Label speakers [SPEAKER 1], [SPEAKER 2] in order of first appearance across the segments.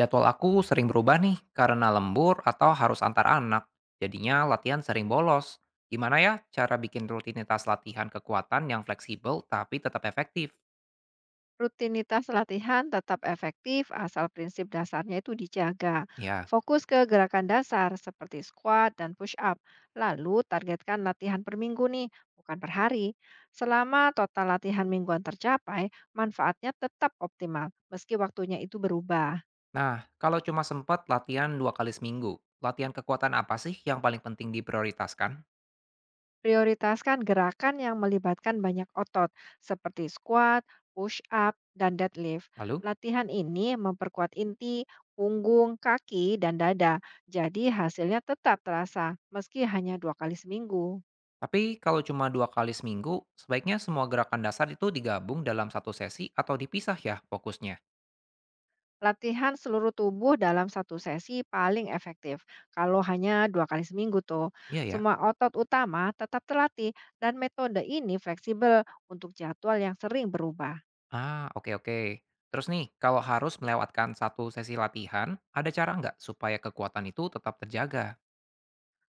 [SPEAKER 1] Jadwal aku sering berubah nih karena lembur atau harus antar anak. Jadinya latihan sering bolos. Gimana ya cara bikin rutinitas latihan kekuatan yang fleksibel tapi tetap efektif?
[SPEAKER 2] Rutinitas latihan tetap efektif asal prinsip dasarnya itu dijaga.
[SPEAKER 1] Ya.
[SPEAKER 2] Fokus ke gerakan dasar seperti squat dan push up. Lalu targetkan latihan per minggu nih, bukan per hari. Selama total latihan mingguan tercapai, manfaatnya tetap optimal meski waktunya itu berubah.
[SPEAKER 1] Nah, kalau cuma sempat latihan 2 kali seminggu, latihan kekuatan apa sih yang paling penting diprioritaskan?
[SPEAKER 2] Prioritaskan gerakan yang melibatkan banyak otot, seperti squat, push up, dan deadlift.
[SPEAKER 1] Lalu,
[SPEAKER 2] Latihan ini memperkuat inti, punggung, kaki, dan dada, jadi hasilnya tetap terasa, meski hanya dua kali seminggu.
[SPEAKER 1] tapi kalau cuma 2 kali seminggu, sebaiknya semua gerakan dasar itu digabung dalam satu sesi atau dipisah ya fokusnya?
[SPEAKER 2] Latihan seluruh tubuh dalam satu sesi paling efektif, kalau hanya dua kali seminggu tuh.
[SPEAKER 1] Iya ya.
[SPEAKER 2] Semua otot utama tetap terlatih, dan metode ini fleksibel untuk jadwal yang sering berubah.
[SPEAKER 1] Ah, oke oke. Terus nih, kalau harus melewatkan satu sesi latihan, ada cara nggak supaya kekuatan itu tetap terjaga?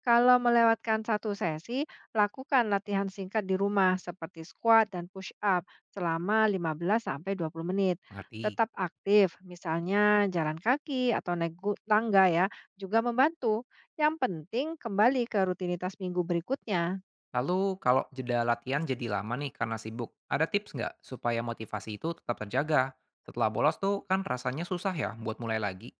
[SPEAKER 2] Kalau melewatkan satu sesi, lakukan latihan singkat di rumah seperti squat dan push up selama 15-20 menit.
[SPEAKER 1] Mengerti.
[SPEAKER 2] Tetap aktif, misalnya jalan kaki atau naik tangga ya, juga membantu. Yang penting kembali ke rutinitas minggu berikutnya.
[SPEAKER 1] Lalu kalau jeda latihan jadi lama nih karena sibuk, ada tips nggak supaya motivasi itu tetap terjaga? Setelah bolos tuh kan rasanya susah ya buat mulai lagi,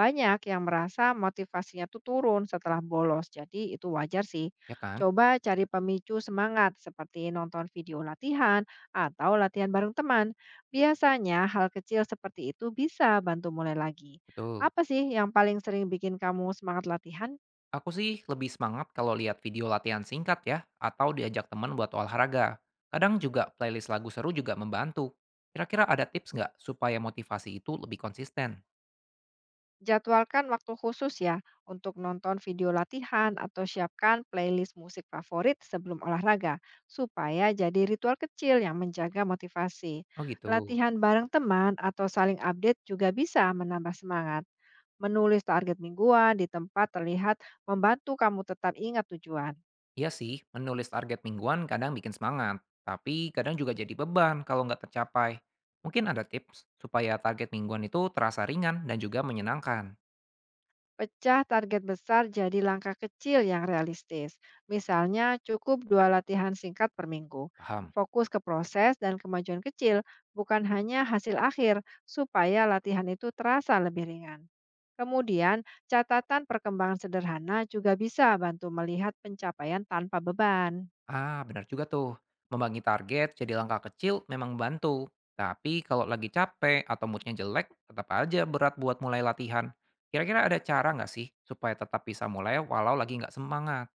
[SPEAKER 2] Banyak yang merasa motivasinya tuh turun setelah bolos, jadi itu wajar sih.
[SPEAKER 1] ya kan?
[SPEAKER 2] Coba cari pemicu semangat seperti nonton video latihan atau latihan bareng teman. Biasanya hal kecil seperti itu bisa bantu mulai lagi.
[SPEAKER 1] Betul.
[SPEAKER 2] Apa sih yang paling sering bikin kamu semangat latihan?
[SPEAKER 1] Aku sih lebih semangat kalau lihat video latihan singkat ya, atau diajak teman buat olahraga. Kadang juga playlist lagu seru juga membantu. Kira-kira ada tips nggak supaya motivasi itu lebih konsisten?
[SPEAKER 2] Jadwalkan waktu khusus ya untuk nonton video latihan atau siapkan playlist musik favorit sebelum olahraga supaya jadi ritual kecil yang menjaga motivasi.
[SPEAKER 1] Oh gitu.
[SPEAKER 2] Latihan bareng teman atau saling update juga bisa menambah semangat. Menulis target mingguan di tempat terlihat membantu kamu tetap ingat tujuan.
[SPEAKER 1] Iya sih, menulis target mingguan kadang bikin semangat, tapi kadang juga jadi beban kalau nggak tercapai. Mungkin ada tips supaya target mingguan itu terasa ringan dan juga menyenangkan.
[SPEAKER 2] Pecah target besar jadi langkah kecil yang realistis. Misalnya, cukup dua latihan singkat per minggu.
[SPEAKER 1] Paham?
[SPEAKER 2] Fokus ke proses dan kemajuan kecil, bukan hanya hasil akhir, supaya latihan itu terasa lebih ringan. Kemudian, catatan perkembangan sederhana juga bisa bantu melihat pencapaian tanpa beban.
[SPEAKER 1] Ah, benar juga tuh. Membagi target jadi langkah kecil memang membantu. Tapi kalau lagi capek atau moodnya jelek, tetap aja berat buat mulai latihan. Kira-kira ada cara nggak sih supaya tetap bisa mulai walau lagi nggak semangat?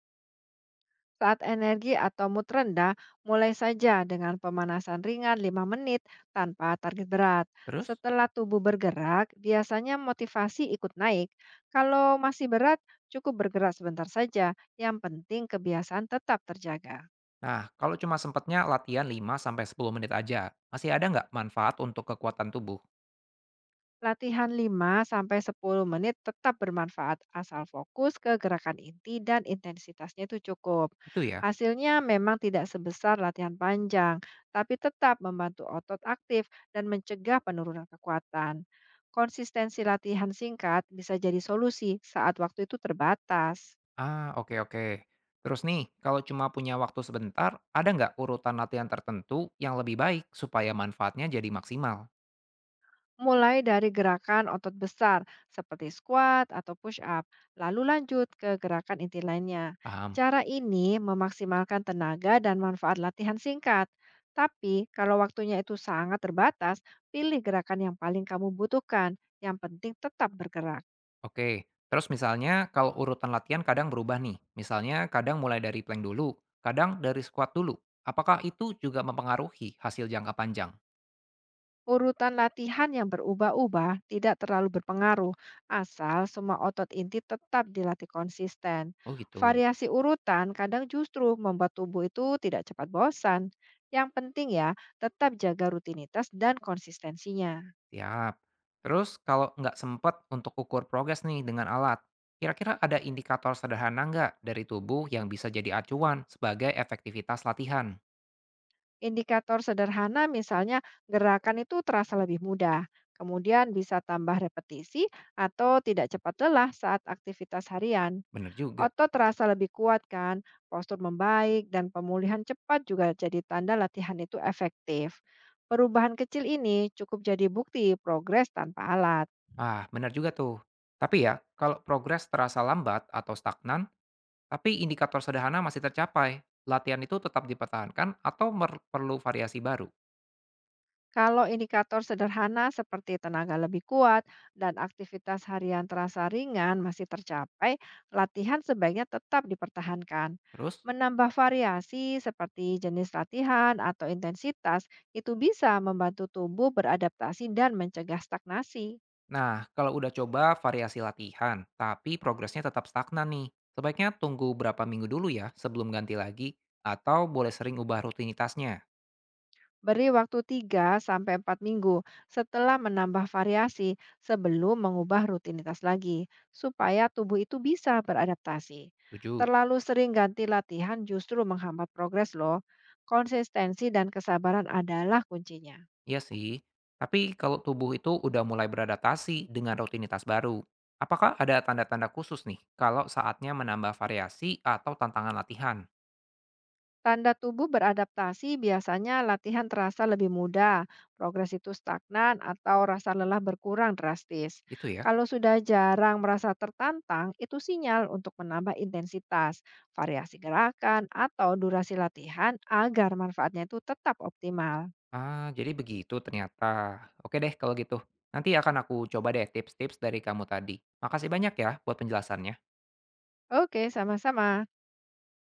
[SPEAKER 2] Saat energi atau mood rendah, mulai saja dengan pemanasan ringan 5 menit tanpa target berat.
[SPEAKER 1] Terus?
[SPEAKER 2] Setelah tubuh bergerak, biasanya motivasi ikut naik. Kalau masih berat, cukup bergerak sebentar saja. Yang penting kebiasaan tetap terjaga.
[SPEAKER 1] Nah, kalau cuma sempatnya latihan 5 sampai 10 menit aja, masih ada nggak manfaat untuk kekuatan tubuh?
[SPEAKER 2] Latihan 5-10 menit tetap bermanfaat asal fokus ke gerakan inti dan intensitasnya itu cukup.
[SPEAKER 1] Gitu ya?
[SPEAKER 2] Hasilnya memang tidak sebesar latihan panjang, tapi tetap membantu otot aktif dan mencegah penurunan kekuatan. Konsistensi latihan singkat bisa jadi solusi saat waktu itu terbatas.
[SPEAKER 1] Ah, oke oke. Terus nih, kalau cuma punya waktu sebentar, ada nggak urutan latihan tertentu yang lebih baik supaya manfaatnya jadi maksimal?
[SPEAKER 2] Mulai dari gerakan otot besar seperti squat atau push up, lalu lanjut ke gerakan inti lainnya.
[SPEAKER 1] Paham?
[SPEAKER 2] Cara ini memaksimalkan tenaga dan manfaat latihan singkat. Tapi kalau waktunya itu sangat terbatas, pilih gerakan yang paling kamu butuhkan. Yang penting tetap bergerak.
[SPEAKER 1] Oke. Terus misalnya kalau urutan latihan kadang berubah nih. Misalnya kadang mulai dari plank dulu, kadang dari squat dulu. Apakah itu juga mempengaruhi hasil jangka panjang?
[SPEAKER 2] Urutan latihan yang berubah-ubah tidak terlalu berpengaruh, asal semua otot inti tetap dilatih konsisten.
[SPEAKER 1] Oh gitu.
[SPEAKER 2] Variasi urutan kadang justru membuat tubuh itu tidak cepat bosan. Yang penting ya, tetap jaga rutinitas dan konsistensinya.
[SPEAKER 1] Siap. Terus kalau nggak sempat untuk ukur progres nih dengan alat, kira-kira ada indikator sederhana nggak dari tubuh yang bisa jadi acuan sebagai efektivitas latihan?
[SPEAKER 2] Indikator sederhana misalnya gerakan itu terasa lebih mudah, kemudian bisa tambah repetisi atau tidak cepat lelah saat aktivitas harian.
[SPEAKER 1] Bener juga.
[SPEAKER 2] Otot terasa lebih kuat kan, postur membaik, dan pemulihan cepat juga jadi tanda latihan itu efektif. Perubahan kecil ini cukup jadi bukti progres tanpa alat.
[SPEAKER 1] Ah, bener juga tuh. Tapi ya, kalau progres terasa lambat atau stagnan, tapi indikator sederhana masih tercapai, latihan itu tetap dipertahankan atau perlu variasi baru?
[SPEAKER 2] Kalau indikator sederhana seperti tenaga lebih kuat dan aktivitas harian terasa ringan masih tercapai, latihan sebaiknya tetap dipertahankan.
[SPEAKER 1] Terus?
[SPEAKER 2] Menambah variasi seperti jenis latihan atau intensitas itu bisa membantu tubuh beradaptasi dan mencegah stagnasi.
[SPEAKER 1] Nah, kalau udah coba variasi latihan, tapi progresnya tetap stagnan nih, sebaiknya tunggu berapa minggu dulu ya sebelum ganti lagi, atau boleh sering ubah rutinitasnya.
[SPEAKER 2] Beri waktu 3 sampai 4 minggu setelah menambah variasi sebelum mengubah rutinitas lagi, supaya tubuh itu bisa beradaptasi.
[SPEAKER 1] Setuju?
[SPEAKER 2] Terlalu sering ganti latihan justru menghambat progres loh. Konsistensi dan kesabaran adalah kuncinya.
[SPEAKER 1] Iya sih. Tapi kalau tubuh itu udah mulai beradaptasi dengan rutinitas baru, apakah ada tanda-tanda khusus nih kalau saatnya menambah variasi atau tantangan latihan?
[SPEAKER 2] Tanda tubuh beradaptasi biasanya latihan terasa lebih mudah, progres itu stagnan, atau rasa lelah berkurang drastis.
[SPEAKER 1] Gitu ya.
[SPEAKER 2] Kalau sudah jarang merasa tertantang, itu sinyal untuk menambah intensitas, variasi gerakan, atau durasi latihan agar manfaatnya itu tetap optimal.
[SPEAKER 1] Ah, jadi begitu ternyata. Oke deh kalau gitu. Nanti akan aku coba deh tips-tips dari kamu tadi. Makasih banyak ya buat penjelasannya.
[SPEAKER 2] Oke, sama-sama.